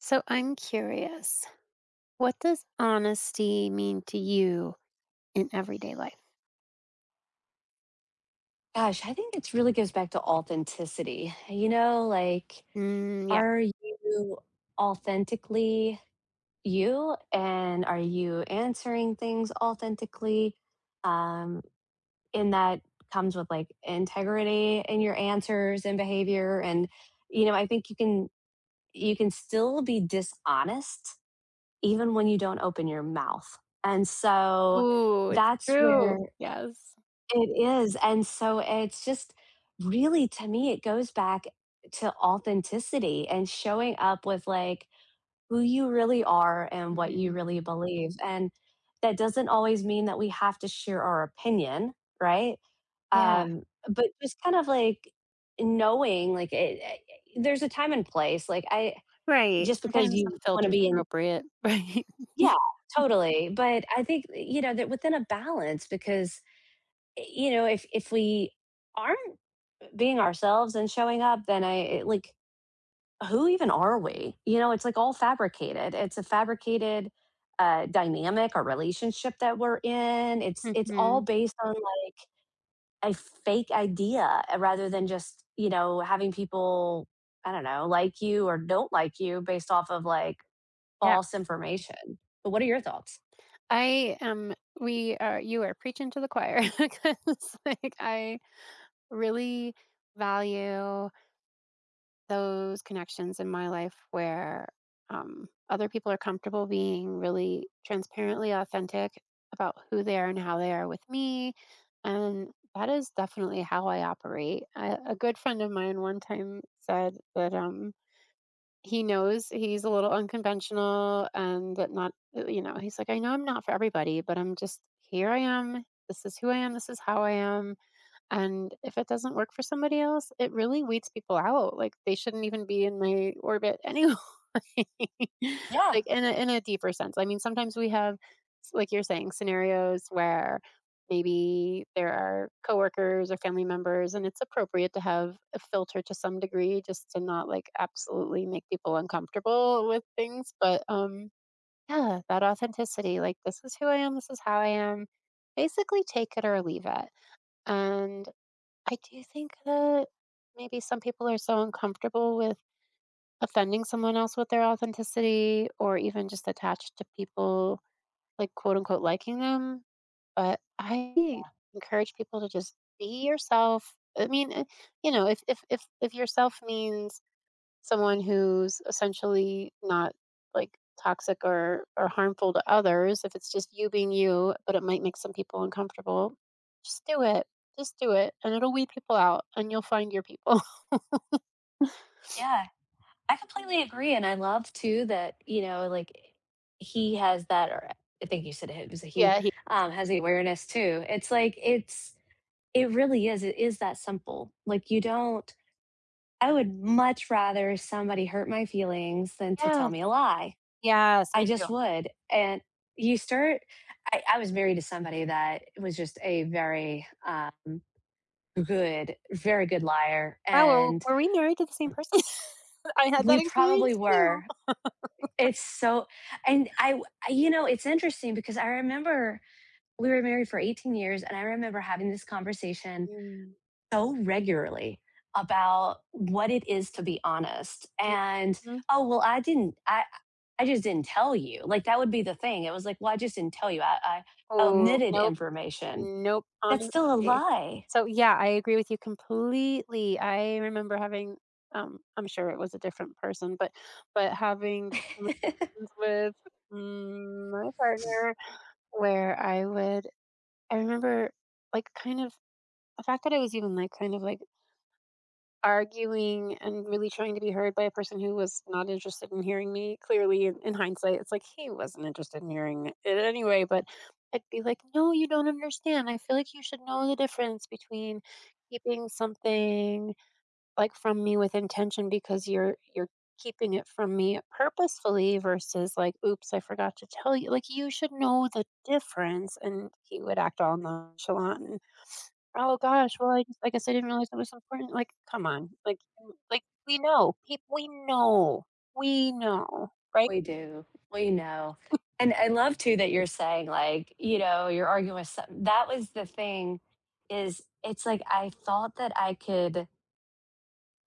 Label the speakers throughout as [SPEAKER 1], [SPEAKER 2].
[SPEAKER 1] So I'm curious, what does honesty mean to you in everyday life?
[SPEAKER 2] Gosh, I think it really goes back to authenticity. You know, like,
[SPEAKER 1] Mm, yeah.
[SPEAKER 2] are you authentically you, and are you answering things authentically? Um, and that comes with like integrity in your answers and behavior. And you know, I think you can still be dishonest even when you don't open your mouth. And so
[SPEAKER 1] Ooh, it's
[SPEAKER 2] that's where
[SPEAKER 1] true. Yes.
[SPEAKER 2] it is, and so it's just really to me, it goes back to authenticity and showing up with, like, who you really are and what
[SPEAKER 1] Hmm.
[SPEAKER 2] you really believe, and that doesn't always mean that we have to share our opinion, right?
[SPEAKER 1] Yeah.
[SPEAKER 2] Um, but just kind of, like, knowing, like, there's a time and place, like, I
[SPEAKER 1] Right.
[SPEAKER 2] just because
[SPEAKER 1] Sometimes the
[SPEAKER 2] you wanna
[SPEAKER 1] filter's
[SPEAKER 2] be in.
[SPEAKER 1] appropriate.
[SPEAKER 2] Yeah, totally, but I think, you know, that within a balance because, you know, if we aren't being ourselves and showing up, then like, who even are we? You know, it's like all fabricated. It's a fabricated dynamic or relationship that we're in. It's
[SPEAKER 1] Right.
[SPEAKER 2] it's all
[SPEAKER 1] Hmm.
[SPEAKER 2] based on like a fake idea rather than just you know having people I don't know like you or don't like you based off of like
[SPEAKER 1] Yeah.
[SPEAKER 2] false information. But what are your thoughts?
[SPEAKER 1] I am. We are. You are preaching to the choir because, like, I really value. Those connections in my life where other people are comfortable being really transparently authentic about who they are and how they are with me. And that is definitely how I operate. I, a good friend of mine one time said that he knows he's a little unconventional and that not, you know, he's like, I know I'm not for everybody, but I'm just here I am. This is who I am. This is how I am, and if it doesn't work for somebody else, it really weeds people out. Like, they shouldn't even be in my orbit anyway.
[SPEAKER 2] Yeah.
[SPEAKER 1] Like, in a deeper sense. I mean, sometimes we have like you're saying scenarios where maybe there are coworkers or family members and it's appropriate to have a filter to some degree just to not like absolutely make people uncomfortable with things, but yeah, that authenticity, like this is who I am, this is how I am. Basically take it or leave it. And I do think that maybe some people are so uncomfortable with offending someone else with their authenticity or even just attached to people like quote unquote liking them. But I encourage people to just be yourself. I mean, you know, if yourself means someone who's essentially not like toxic or harmful to others, if it's just you being you but it might make some people uncomfortable, just do it, just do it and it'll weed people out and you'll find your people.
[SPEAKER 2] Yeah. I completely agree, and I love too that, you know, like, he has that or I think you said it was a he,
[SPEAKER 1] Yeah, he.
[SPEAKER 2] has the awareness too. It really is, it is that simple. Like, you don't. I would much rather somebody hurt my feelings than to tell
[SPEAKER 1] Yes.
[SPEAKER 2] me a lie.
[SPEAKER 1] Yes,
[SPEAKER 2] I
[SPEAKER 1] me too.
[SPEAKER 2] just would, and you start. I was married to somebody that was just a very, good very good liar,
[SPEAKER 1] Wow, were,
[SPEAKER 2] and
[SPEAKER 1] were we married to the same person? I had
[SPEAKER 2] we
[SPEAKER 1] that
[SPEAKER 2] probably
[SPEAKER 1] experience too.
[SPEAKER 2] were It's so and I you know, it's interesting because I remember we were married for 18 years and I remember having this conversation
[SPEAKER 1] Mm.
[SPEAKER 2] so regularly about what it is to be honest. And,
[SPEAKER 1] Mhm.
[SPEAKER 2] "Oh, well, I just didn't tell you." Like, that would be the thing. It was like, "Well, I just didn't tell you. I
[SPEAKER 1] Oh
[SPEAKER 2] omitted
[SPEAKER 1] no.
[SPEAKER 2] information."
[SPEAKER 1] Nope,
[SPEAKER 2] That's
[SPEAKER 1] honest,
[SPEAKER 2] still a
[SPEAKER 1] okay.
[SPEAKER 2] lie.
[SPEAKER 1] So, yeah, I agree with you completely. I remember having, I'm sure it was a different person, but having conversations with, mm, my partner where I would, I remember, like, kind of, the fact that I was even, like, kind of, like, arguing and really trying to be heard by a person who was not interested in hearing me. Clearly, in hindsight, it's like he wasn't interested in hearing it anyway, but I'd be like, no, you don't understand. I feel like you should know the difference between keeping something like from me with intention because you're keeping it from me purposefully versus like oops I forgot to tell you, like you should know the difference, and he would act all nonchalant. Oh gosh, well, I just like I said, I didn't realize that was so important, like, come on, like, w like, we know, people. We know, we know, right?
[SPEAKER 2] We do. We know. And I love too that you're saying like, you know, you're arguing with some that was the thing is it's like I thought that I could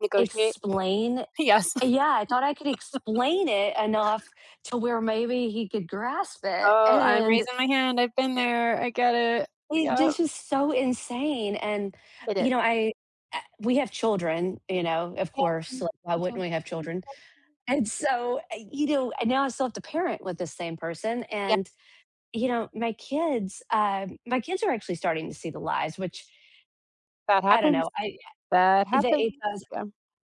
[SPEAKER 1] Negotiate?
[SPEAKER 2] explain.
[SPEAKER 1] Yes.
[SPEAKER 2] Yeah, I thought I could explain it enough to where maybe he could grasp it.
[SPEAKER 1] Oh, I'm
[SPEAKER 2] And
[SPEAKER 1] raising my hand, I've been there, I get it.
[SPEAKER 2] it
[SPEAKER 1] Yeah,
[SPEAKER 2] just was so insane. And,
[SPEAKER 1] it
[SPEAKER 2] you
[SPEAKER 1] is.
[SPEAKER 2] know, we have children, you know, of
[SPEAKER 1] Yep,
[SPEAKER 2] course.
[SPEAKER 1] mm,
[SPEAKER 2] Like, why
[SPEAKER 1] me
[SPEAKER 2] wouldn't
[SPEAKER 1] too.
[SPEAKER 2] we have children? And so, you know, I now I still have to parent with this same person.
[SPEAKER 1] Yeah,
[SPEAKER 2] And you know, my kids are actually starting to see the lies, which
[SPEAKER 1] that
[SPEAKER 2] I don't know,
[SPEAKER 1] happens.
[SPEAKER 2] I
[SPEAKER 1] That
[SPEAKER 2] that it
[SPEAKER 1] happens,
[SPEAKER 2] does,
[SPEAKER 1] yeah.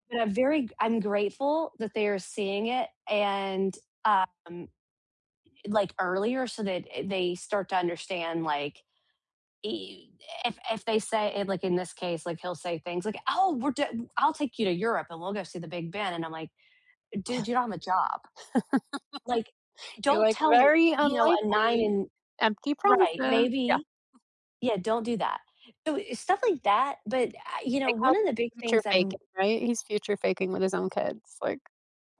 [SPEAKER 2] but I'm grateful that they are seeing it and, um, like, earlier so that they start to understand, like, I if they say it, like, in this case, like, he'll say things like, "Oh, we're I I'll take you to Europe and we'll go see the Big Ben," and I'm like, "Dude, you don't have a job." Like,
[SPEAKER 1] You're
[SPEAKER 2] don't
[SPEAKER 1] like,
[SPEAKER 2] tell,
[SPEAKER 1] "Very
[SPEAKER 2] you know, a 9
[SPEAKER 1] unlikely,
[SPEAKER 2] and
[SPEAKER 1] empty
[SPEAKER 2] right,
[SPEAKER 1] promises." Yeah,
[SPEAKER 2] maybe. Yeah, don't do that. So, stuff like that, but, I you know,
[SPEAKER 1] they call
[SPEAKER 2] one
[SPEAKER 1] it
[SPEAKER 2] of the big
[SPEAKER 1] future
[SPEAKER 2] things I've r.
[SPEAKER 1] faking, right? He's future faking with his own kids, like,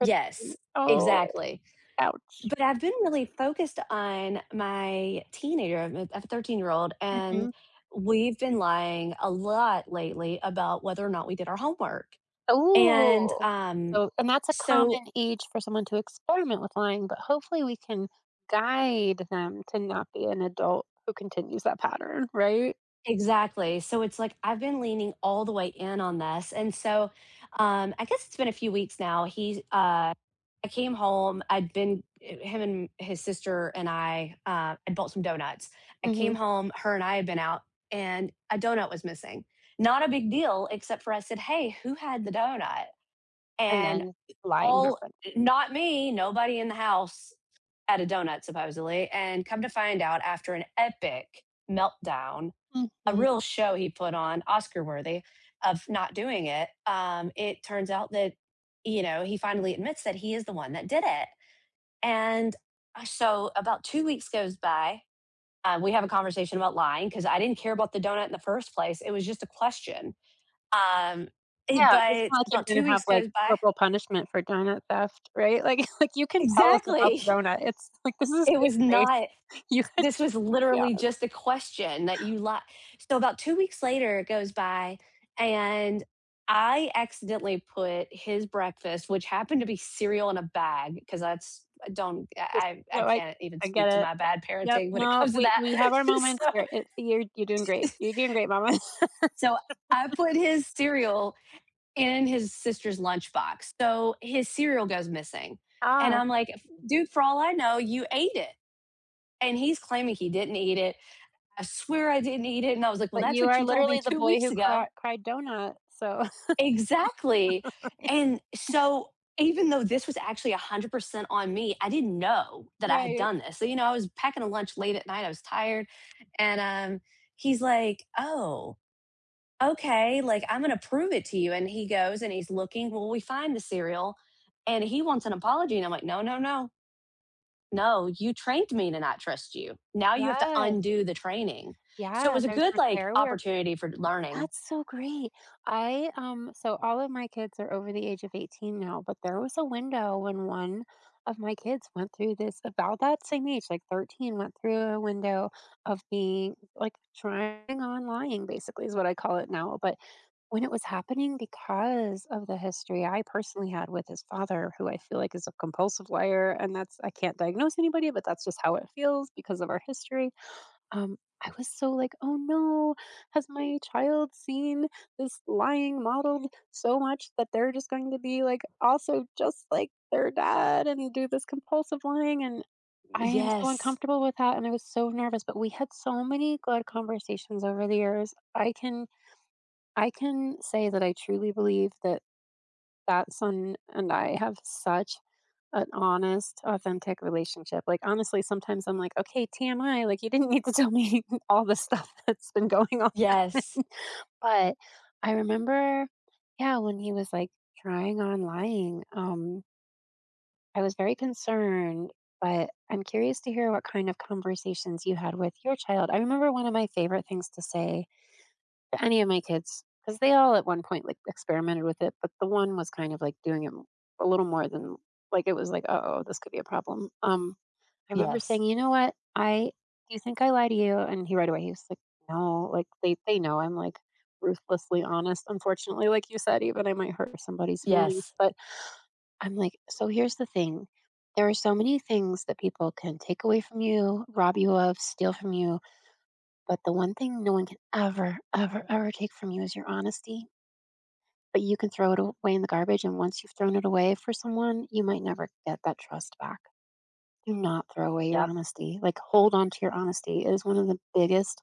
[SPEAKER 2] Yes,
[SPEAKER 1] Oh.
[SPEAKER 2] exactly.
[SPEAKER 1] Ouch.
[SPEAKER 2] But I've been really focused on my teenager. I have a 13-year-old, and
[SPEAKER 1] Mhm.
[SPEAKER 2] we've been lying a lot lately about whether or not we did our homework. And,
[SPEAKER 1] Ooh.
[SPEAKER 2] um,
[SPEAKER 1] So and that's a
[SPEAKER 2] so
[SPEAKER 1] common age for someone to experiment with lying, but hopefully we can guide them to not be an adult who continues that pattern, right?
[SPEAKER 2] Exactly. So it's like I've been leaning all the way in on this. And so I guess it's been a few weeks now. He I came home. I'd been him and his sister and I I bought some donuts. I came
[SPEAKER 1] Mhm.
[SPEAKER 2] home, her and I had been out and a donut was missing. Not a big deal except for I said, "Hey, who had the donut?"
[SPEAKER 1] And
[SPEAKER 2] And
[SPEAKER 1] then lying
[SPEAKER 2] all
[SPEAKER 1] happens.
[SPEAKER 2] not me, nobody in the house had a donut supposedly. And come to find out after an epic meltdown, a
[SPEAKER 1] Mhm.
[SPEAKER 2] real show he put on, Oscar worthy, of not doing it. It turns out that, you know, he finally admits that he is the one that did it. And so about 2 weeks goes by. We have a conversation about lying because I didn't care about the donut in the first place. It was just a question. Um, it,
[SPEAKER 1] Because it's
[SPEAKER 2] but
[SPEAKER 1] not like
[SPEAKER 2] about
[SPEAKER 1] you're
[SPEAKER 2] two
[SPEAKER 1] gonna have,
[SPEAKER 2] weeks
[SPEAKER 1] like,
[SPEAKER 2] goes by.
[SPEAKER 1] corporal punishment for donut theft, right? Like like, you can tell us about
[SPEAKER 2] Exactly.
[SPEAKER 1] the donut. It's like, this is a
[SPEAKER 2] It
[SPEAKER 1] safe
[SPEAKER 2] was
[SPEAKER 1] space.
[SPEAKER 2] not
[SPEAKER 1] You could,
[SPEAKER 2] this was
[SPEAKER 1] yeah.
[SPEAKER 2] literally just a question that you like. So about 2 weeks later, it goes by, and I accidentally put his breakfast, which happened to be cereal in a bag, because that's I don't
[SPEAKER 1] Just
[SPEAKER 2] I
[SPEAKER 1] no, I
[SPEAKER 2] can't even
[SPEAKER 1] I get
[SPEAKER 2] speak to
[SPEAKER 1] it.
[SPEAKER 2] my bad
[SPEAKER 1] Yep,
[SPEAKER 2] parenting when it
[SPEAKER 1] no,
[SPEAKER 2] comes to
[SPEAKER 1] we
[SPEAKER 2] that.
[SPEAKER 1] we have our moments
[SPEAKER 2] so
[SPEAKER 1] where it you're doing great. You're doing great, mama.
[SPEAKER 2] so I put his cereal in his sister's lunchbox. So his cereal goes missing, and
[SPEAKER 1] Ah,
[SPEAKER 2] I'm like, dude, for all I know, you ate it, and he's claiming he didn't eat it. I swear I didn't eat it. And I was like, well,
[SPEAKER 1] but
[SPEAKER 2] that's
[SPEAKER 1] you
[SPEAKER 2] what you
[SPEAKER 1] are
[SPEAKER 2] told me
[SPEAKER 1] literally the
[SPEAKER 2] two
[SPEAKER 1] boy
[SPEAKER 2] weeks
[SPEAKER 1] who
[SPEAKER 2] ago.
[SPEAKER 1] cry cried donut, so.
[SPEAKER 2] Exactly. And so, even though this was actually 100% on me, I didn't know that I had
[SPEAKER 1] Right.
[SPEAKER 2] done this. So, you know, I was packing a lunch late at night. I was tired. And he's like, oh, okay. Like, I'm going to prove it to you. And he goes and he's looking. Well, we find the cereal and he wants an apology. And I'm like, no, no, no, no, you trained me to not trust you. Now you have to
[SPEAKER 1] Yes.
[SPEAKER 2] undo the training. So it
[SPEAKER 1] Yeah,
[SPEAKER 2] was a
[SPEAKER 1] there's
[SPEAKER 2] good like
[SPEAKER 1] repair work.
[SPEAKER 2] opportunity for learning.
[SPEAKER 1] That's so great. I so all of my kids are over the age of 18 now, but there was a window when one of my kids went through this about that same age, like 13, went through a window of being like trying on lying basically is what I call it now, but when it was happening because of the history I personally had with his father, who I feel like is a compulsive liar. And that's, I can't diagnose anybody, but that's just how it feels because of our history. I was so like, "Oh no, has my child seen this lying model so much that they're just going to be like also just like their dad and do this compulsive lying?" And I am so
[SPEAKER 2] Yes.
[SPEAKER 1] uncomfortable with that and I was so nervous, but we had so many good conversations over the years. I can say that I truly believe that that son and I have such an honest, authentic relationship. Like, honestly, sometimes I'm like, okay, TMI, like, you didn't need to tell me all the stuff that's been going on.
[SPEAKER 2] Yes.
[SPEAKER 1] But I remember, yeah, when he was like trying on lying, I was very concerned. But I'm curious to hear what kind of conversations you had with your child. I remember one of my favorite things to say to any of my kids because they all at one point like experimented with it, but the one was kind of like doing it a little more than like it was like, oh, this could be a problem. I remember saying,
[SPEAKER 2] Yes.
[SPEAKER 1] you know what, I, do you think I lie to you? And he right away he was like, no, like they know I'm like ruthlessly honest. Unfortunately, like you said, even I might hurt somebody's feelings,
[SPEAKER 2] Yes.
[SPEAKER 1] but I'm like, so here's the thing. There are so many things that people can take away from you, rob you of, steal from you, but the one thing no one can ever, ever, ever take from you is your honesty. But you can throw it away in the garbage. And once you've thrown it away for someone, you might never get that trust back. Do not throw away your
[SPEAKER 2] Yep.
[SPEAKER 1] honesty. Like, hold on to your honesty. It is one of the biggest,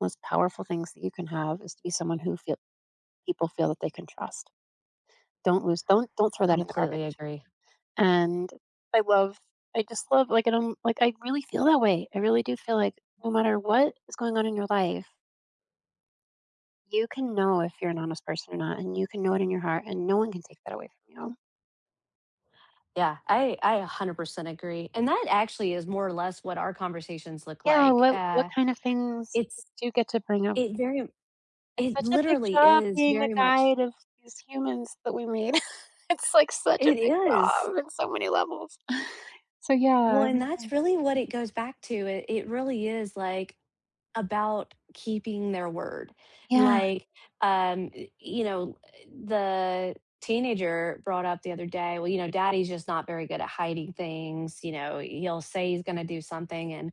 [SPEAKER 1] most powerful things that you can have, is to be someone who feel, people feel that they can trust. Don't lose, don't throw that in the
[SPEAKER 2] Completely
[SPEAKER 1] garbage.
[SPEAKER 2] agree.
[SPEAKER 1] And I love, I just love, like, I don't, like, I really feel that way. I really do feel like no matter what is going on in your life, you can know if you're an honest person or not, and you can know it in your heart, and no one can take that away from you.
[SPEAKER 2] Yeah, I 100% agree. And that actually is more or less what our conversations look
[SPEAKER 1] Yeah,
[SPEAKER 2] like.
[SPEAKER 1] what kind of things
[SPEAKER 2] It's
[SPEAKER 1] do you get to bring up?
[SPEAKER 2] it very
[SPEAKER 1] It's
[SPEAKER 2] it
[SPEAKER 1] such a big
[SPEAKER 2] literally
[SPEAKER 1] job
[SPEAKER 2] is
[SPEAKER 1] being a
[SPEAKER 2] very much
[SPEAKER 1] guide of these humans that we made. It's like such a
[SPEAKER 2] it
[SPEAKER 1] big
[SPEAKER 2] is.
[SPEAKER 1] job in so many levels. So yeah,
[SPEAKER 2] Well,
[SPEAKER 1] I
[SPEAKER 2] and
[SPEAKER 1] wanna hear.
[SPEAKER 2] that's really what it goes back to. It really is like about keeping their word. And
[SPEAKER 1] Yeah,
[SPEAKER 2] like, you know, the teenager brought up the other day, well, you know, daddy's just not very good at hiding things. You know, he'll say he's going to do something. And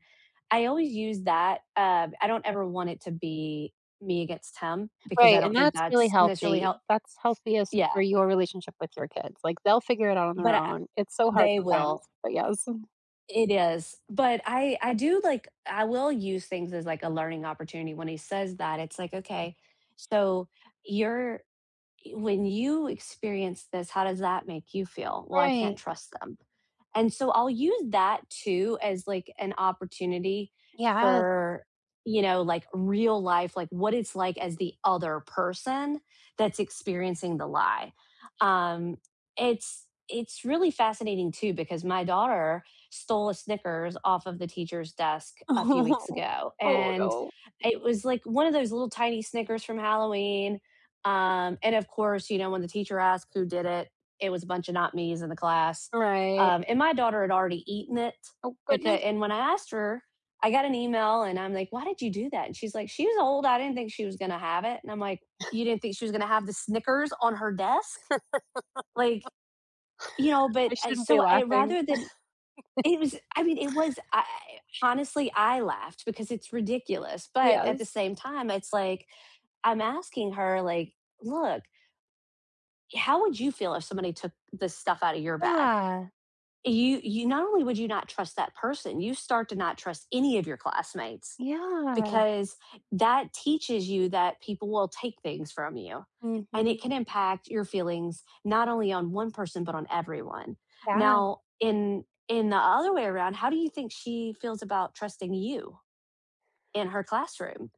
[SPEAKER 2] I always use that. I don't ever want it to be me against him because I
[SPEAKER 1] right,
[SPEAKER 2] don't
[SPEAKER 1] and
[SPEAKER 2] think
[SPEAKER 1] that's really
[SPEAKER 2] that's necessarily
[SPEAKER 1] healthy.
[SPEAKER 2] help.
[SPEAKER 1] That's healthiest for
[SPEAKER 2] Yeah.
[SPEAKER 1] your relationship with your kids, like, they'll figure it out on their
[SPEAKER 2] But I,
[SPEAKER 1] own. It's so hard
[SPEAKER 2] they
[SPEAKER 1] sometimes,
[SPEAKER 2] will.
[SPEAKER 1] but yes.
[SPEAKER 2] It is, but I do like I will use things as like a learning opportunity when he says that, it's like, "Okay, so you're when you experience this, how does that make you feel? Well, I can't
[SPEAKER 1] Right.
[SPEAKER 2] trust them. And so I'll use that too as like an opportunity
[SPEAKER 1] Yes.
[SPEAKER 2] for, you know, like real life, like what it's like as the other person that's experiencing the lie. Um, it's really fascinating too because my daughter stole a Snickers off of the teacher's desk a few weeks ago.
[SPEAKER 1] Oh,
[SPEAKER 2] And
[SPEAKER 1] no.
[SPEAKER 2] it was like one of those little tiny Snickers from Halloween, and of course, you know, when the teacher asked who did it, it was a bunch of not me's in the class.
[SPEAKER 1] Right.
[SPEAKER 2] And my daughter had already eaten it
[SPEAKER 1] Oh
[SPEAKER 2] because,
[SPEAKER 1] goodness,
[SPEAKER 2] and when I asked her, I got an email and I'm like, why did you do that? And she's like, she was old. I didn't think she was going to have it. And I'm like, you didn't think she was going to have the Snickers on her desk? Like, you know, but
[SPEAKER 1] I shouldn't be
[SPEAKER 2] so I
[SPEAKER 1] laughing.
[SPEAKER 2] rather than, it was, I mean, honestly, I laughed because it's ridiculous. But at the
[SPEAKER 1] Yes.
[SPEAKER 2] same time, it's like, I'm asking her, like, look, how would you feel if somebody took this stuff out of your bag?
[SPEAKER 1] Yeah,
[SPEAKER 2] You not only would you not trust that person, you start to not trust any of your classmates
[SPEAKER 1] yeah.
[SPEAKER 2] because that teaches you that people will take things from you. And
[SPEAKER 1] Mhm.
[SPEAKER 2] it can impact your feelings not only on one person but on everyone.
[SPEAKER 1] Yeah,
[SPEAKER 2] Now, in the other way around, how do you think she feels about trusting you in her classroom?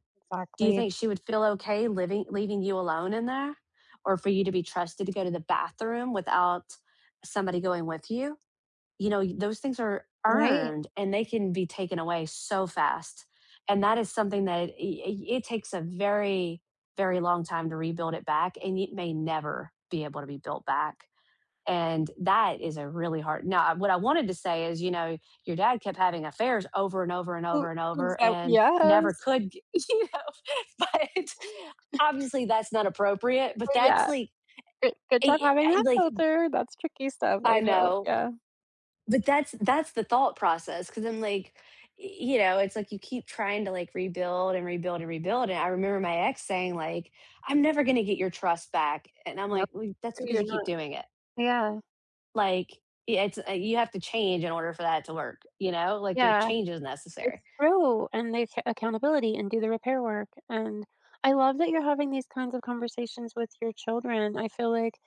[SPEAKER 2] Do you
[SPEAKER 1] exactly.
[SPEAKER 2] think she would feel okay living leaving you alone in there or for you to be trusted to go to the bathroom without somebody going with you? You know, those things are
[SPEAKER 1] Right.
[SPEAKER 2] earned and they can be taken away so fast. And that is something that it takes a very very long time to rebuild it back and it may never be able to be built back. And that is a really hard. Now, what I wanted to say is, you know, your dad kept having affairs over and over and
[SPEAKER 1] Mm,
[SPEAKER 2] over and over
[SPEAKER 1] exact
[SPEAKER 2] and never
[SPEAKER 1] yes.
[SPEAKER 2] could, g- you know, but obviously that's not appropriate, but
[SPEAKER 1] Oh,
[SPEAKER 2] that's
[SPEAKER 1] yeah.
[SPEAKER 2] like,
[SPEAKER 1] Good good job having that
[SPEAKER 2] like
[SPEAKER 1] filter. That's tricky stuff,
[SPEAKER 2] I
[SPEAKER 1] I know,
[SPEAKER 2] know,
[SPEAKER 1] yeah.
[SPEAKER 2] but that's the thought process because I'm like, y- you know, it's like you keep trying to like rebuild and rebuild and rebuild. And I remember my ex saying like, "I'm never going to get your trust back," and I'm
[SPEAKER 1] No,
[SPEAKER 2] like, well, "That's because
[SPEAKER 1] you're
[SPEAKER 2] you keep
[SPEAKER 1] not.
[SPEAKER 2] doing it."
[SPEAKER 1] Yeah,
[SPEAKER 2] Like, yeah, it's you have to change in order for that to work, you know? Like, there's
[SPEAKER 1] yeah.
[SPEAKER 2] changes
[SPEAKER 1] It's
[SPEAKER 2] necessary.
[SPEAKER 1] true, and the acc accountability and do the repair work, and I love that you're having these kinds of conversations with your children. I feel like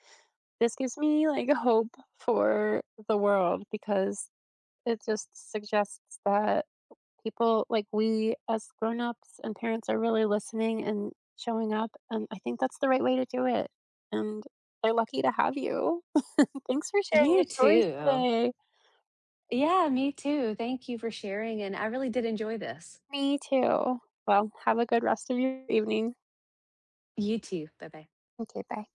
[SPEAKER 1] this gives me, like, hope for the world because it just suggests that people like we as grown-ups and parents are really listening and showing up, and I think that's the right way to do it, and they're lucky to have you. Thanks for sharing
[SPEAKER 2] You
[SPEAKER 1] your stories
[SPEAKER 2] too.
[SPEAKER 1] today.
[SPEAKER 2] Yeah, me too. Thank you for sharing, and I really did enjoy this.
[SPEAKER 1] Me too. Well, have a good rest of your evening.
[SPEAKER 2] You too. Bye-bye.
[SPEAKER 1] Okay, bye.